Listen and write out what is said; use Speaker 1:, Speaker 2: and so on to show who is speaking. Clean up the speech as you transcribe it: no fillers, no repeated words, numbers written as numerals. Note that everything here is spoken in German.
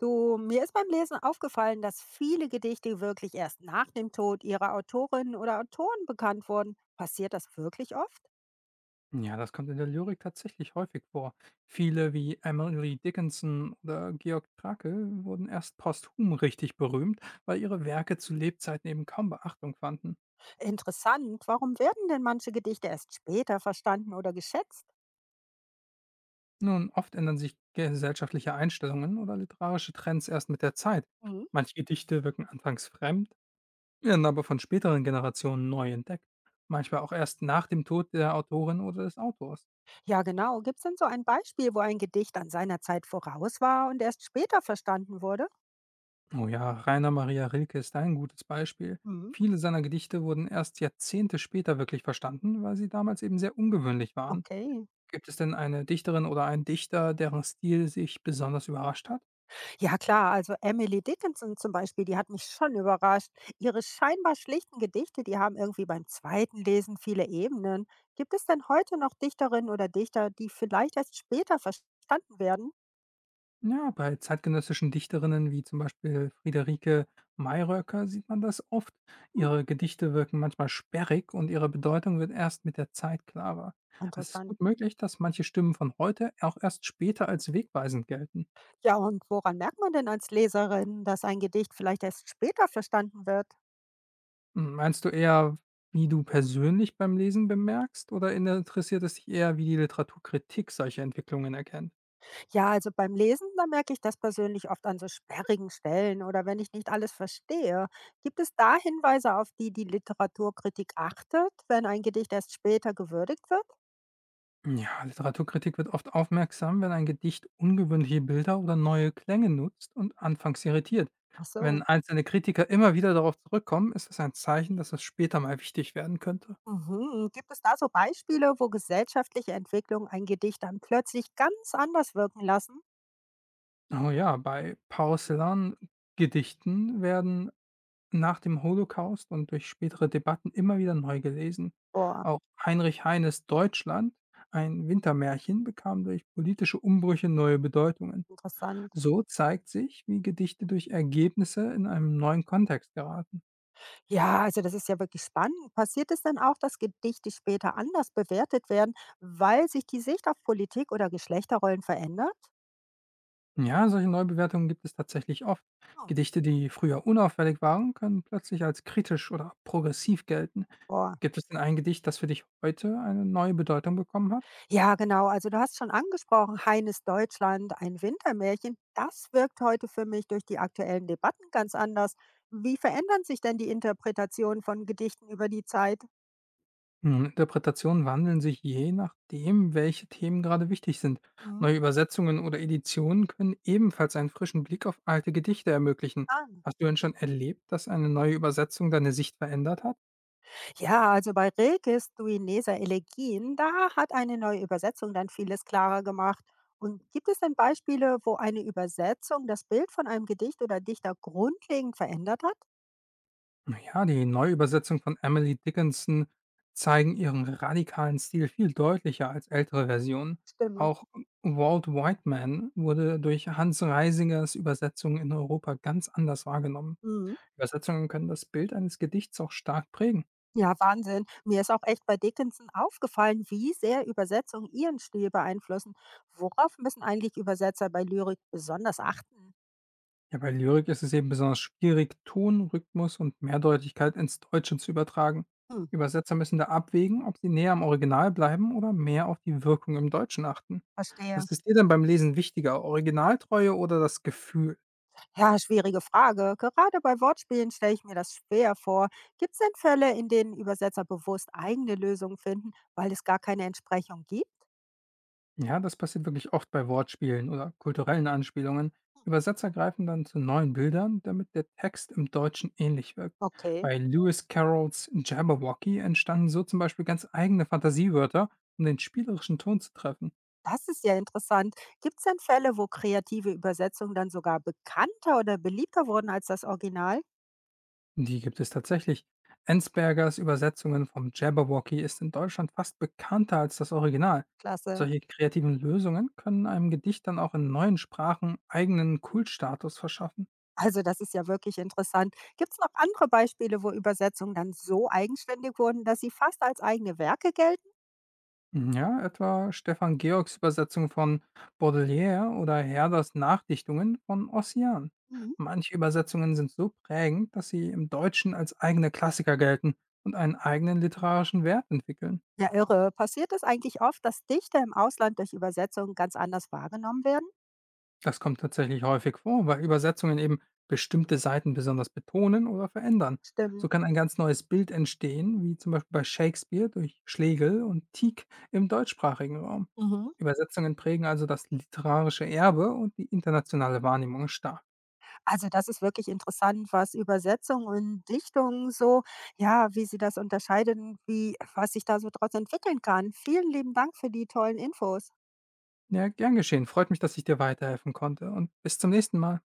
Speaker 1: Du, mir ist beim Lesen aufgefallen, dass viele Gedichte wirklich erst nach dem Tod ihrer Autorinnen oder Autoren bekannt wurden. Passiert das wirklich oft?
Speaker 2: Ja, das kommt in der Lyrik tatsächlich häufig vor. Viele wie Emily Dickinson oder Georg Trakl wurden erst posthum richtig berühmt, weil ihre Werke zu Lebzeiten eben kaum Beachtung fanden.
Speaker 1: Interessant, warum werden denn manche Gedichte erst später verstanden oder geschätzt?
Speaker 2: Nun, oft ändern sich gesellschaftliche Einstellungen oder literarische Trends erst mit der Zeit.
Speaker 1: Mhm.
Speaker 2: Manche Gedichte wirken anfangs fremd, werden aber von späteren Generationen neu entdeckt, manchmal auch erst nach dem Tod der Autorin oder des Autors.
Speaker 1: Ja, genau. Gibt es denn so ein Beispiel, wo ein Gedicht an seiner Zeit voraus war und erst später verstanden wurde?
Speaker 2: Oh ja, Rainer Maria Rilke ist ein gutes Beispiel.
Speaker 1: Mhm.
Speaker 2: Viele seiner Gedichte wurden erst Jahrzehnte später wirklich verstanden, weil sie damals eben sehr ungewöhnlich waren.
Speaker 1: Okay.
Speaker 2: Gibt es denn eine Dichterin oder einen Dichter, deren Stil sich besonders überrascht hat?
Speaker 1: Ja klar, also Emily Dickinson zum Beispiel, die hat mich schon überrascht. Ihre scheinbar schlichten Gedichte, die haben irgendwie beim zweiten Lesen viele Ebenen. Gibt es denn heute noch Dichterinnen oder Dichter, die vielleicht erst später verstanden werden?
Speaker 2: Ja, bei zeitgenössischen Dichterinnen wie zum Beispiel Friederike Mayröcker sieht man das oft.
Speaker 1: Hm,
Speaker 2: Ihre Gedichte wirken manchmal sperrig und ihre Bedeutung wird erst mit der Zeit klarer. Es ist
Speaker 1: interessant.
Speaker 2: gut möglich, dass manche Stimmen von heute auch erst später als wegweisend gelten.
Speaker 1: Ja, und woran merkt man denn als Leserin, dass ein Gedicht vielleicht erst später verstanden wird?
Speaker 2: Hm, meinst du eher, wie du persönlich beim Lesen bemerkst, oder interessiert es dich eher, wie die Literaturkritik solche Entwicklungen erkennt?
Speaker 1: Ja, also beim Lesen, da merke ich das persönlich oft an so sperrigen Stellen oder wenn ich nicht alles verstehe. Gibt es da Hinweise, auf die die Literaturkritik achtet, wenn ein Gedicht erst später gewürdigt wird?
Speaker 2: Ja, Literaturkritik wird oft aufmerksam, wenn ein Gedicht ungewöhnliche Bilder oder neue Klänge nutzt und anfangs irritiert.
Speaker 1: Ach so.
Speaker 2: Wenn einzelne Kritiker immer wieder darauf zurückkommen, ist es ein Zeichen, dass es später mal wichtig werden könnte.
Speaker 1: Mhm. Gibt es da so Beispiele, wo gesellschaftliche Entwicklung ein Gedicht dann plötzlich ganz anders wirken lassen?
Speaker 2: Oh ja, bei Paul Celan-Gedichten werden nach dem Holocaust und durch spätere Debatten immer wieder neu gelesen.
Speaker 1: Boah,
Speaker 2: Auch Heinrich Heines Deutschland, ein Wintermärchen, bekam durch politische Umbrüche neue Bedeutungen.
Speaker 1: interessant.
Speaker 2: So zeigt sich, wie Gedichte durch Ergebnisse in einem neuen Kontext geraten.
Speaker 1: Ja, also das ist ja wirklich spannend. Passiert es denn auch, dass Gedichte später anders bewertet werden, weil sich die Sicht auf Politik oder Geschlechterrollen verändert?
Speaker 2: Ja, solche Neubewertungen gibt es tatsächlich oft.
Speaker 1: Oh.
Speaker 2: Gedichte, die früher unauffällig waren, können plötzlich als kritisch oder progressiv gelten.
Speaker 1: Boah.
Speaker 2: Gibt es denn ein Gedicht, das für dich heute eine neue Bedeutung bekommen hat?
Speaker 1: Ja, genau. Also du hast schon angesprochen, Heines Deutschland, ein Wintermärchen, das wirkt heute für mich durch die aktuellen Debatten ganz anders. Wie verändern sich denn die Interpretationen von Gedichten über die Zeit?
Speaker 2: Nun, Interpretationen wandeln sich je nachdem, welche Themen gerade wichtig sind.
Speaker 1: Mhm.
Speaker 2: Neue Übersetzungen oder Editionen können ebenfalls einen frischen Blick auf alte Gedichte ermöglichen.
Speaker 1: Ah.
Speaker 2: Hast du denn schon erlebt, dass eine neue Übersetzung deine Sicht verändert hat?
Speaker 1: Ja, also bei Rilkes Duineser Elegien, da hat eine neue Übersetzung dann vieles klarer gemacht. Und gibt es denn Beispiele, wo eine Übersetzung das Bild von einem Gedicht oder Dichter grundlegend verändert hat?
Speaker 2: Na ja, die Neuübersetzung von Emily Dickinson zeigen ihren radikalen Stil viel deutlicher als ältere Versionen.
Speaker 1: Stimmt.
Speaker 2: Auch Walt Whiteman wurde durch Hans Reisingers Übersetzung in Europa ganz anders wahrgenommen.
Speaker 1: Mhm.
Speaker 2: Übersetzungen können das Bild eines Gedichts auch stark prägen.
Speaker 1: Ja, Wahnsinn. Mir ist auch echt bei Dickinson aufgefallen, wie sehr Übersetzungen ihren Stil beeinflussen. Worauf müssen eigentlich Übersetzer bei Lyrik besonders achten?
Speaker 2: Ja, bei Lyrik ist es eben besonders schwierig, Ton, Rhythmus und Mehrdeutigkeit ins Deutsche zu übertragen.
Speaker 1: Hm,
Speaker 2: Übersetzer müssen da abwägen, ob sie näher am Original bleiben oder mehr auf die Wirkung im Deutschen achten.
Speaker 1: verstehe.
Speaker 2: Was ist dir denn beim Lesen wichtiger, Originaltreue oder das Gefühl?
Speaker 1: Ja, schwierige Frage. Gerade bei Wortspielen stelle ich mir das schwer vor. Gibt es denn Fälle, in denen Übersetzer bewusst eigene Lösungen finden, weil es gar keine Entsprechung gibt?
Speaker 2: Ja, das passiert wirklich oft bei Wortspielen oder kulturellen Anspielungen. Übersetzer greifen dann zu neuen Bildern, damit der Text im Deutschen ähnlich wirkt.
Speaker 1: Okay.
Speaker 2: Bei Lewis Carrolls Jabberwocky entstanden so zum Beispiel ganz eigene Fantasiewörter, um den spielerischen Ton zu treffen.
Speaker 1: Das ist ja interessant. Gibt es denn Fälle, wo kreative Übersetzungen dann sogar bekannter oder beliebter wurden als das Original?
Speaker 2: Die gibt es tatsächlich. Enzbergers Übersetzungen vom Jabberwocky ist in Deutschland fast bekannter als das Original.
Speaker 1: Klasse.
Speaker 2: Solche kreativen Lösungen können einem Gedicht dann auch in neuen Sprachen eigenen Kultstatus verschaffen.
Speaker 1: Also das ist ja wirklich interessant. Gibt es noch andere Beispiele, wo Übersetzungen dann so eigenständig wurden, dass sie fast als eigene Werke gelten?
Speaker 2: Ja, etwa Stefan Georgs Übersetzung von Baudelaire oder Herders Nachdichtungen von Ossian.
Speaker 1: Mhm.
Speaker 2: Manche Übersetzungen sind so prägend, dass sie im Deutschen als eigene Klassiker gelten und einen eigenen literarischen Wert entwickeln.
Speaker 1: Ja, irre. Passiert es eigentlich oft, dass Dichter im Ausland durch Übersetzungen ganz anders wahrgenommen werden?
Speaker 2: Das kommt tatsächlich häufig vor, weil Übersetzungen eben bestimmte Seiten besonders betonen oder verändern. So
Speaker 1: Stimmt.
Speaker 2: kann ein ganz neues Bild entstehen, wie zum Beispiel bei Shakespeare durch Schlegel und Tieck im deutschsprachigen Raum.
Speaker 1: Mhm.
Speaker 2: Übersetzungen prägen also das literarische Erbe und die internationale Wahrnehmung stark.
Speaker 1: Also das ist wirklich interessant, was Übersetzung und Dichtung so, ja, wie sie das unterscheiden, wie was sich da so draus entwickeln kann. Vielen lieben Dank für die tollen Infos.
Speaker 2: Ja, gern geschehen. Freut mich, dass ich dir weiterhelfen konnte, und bis zum nächsten Mal.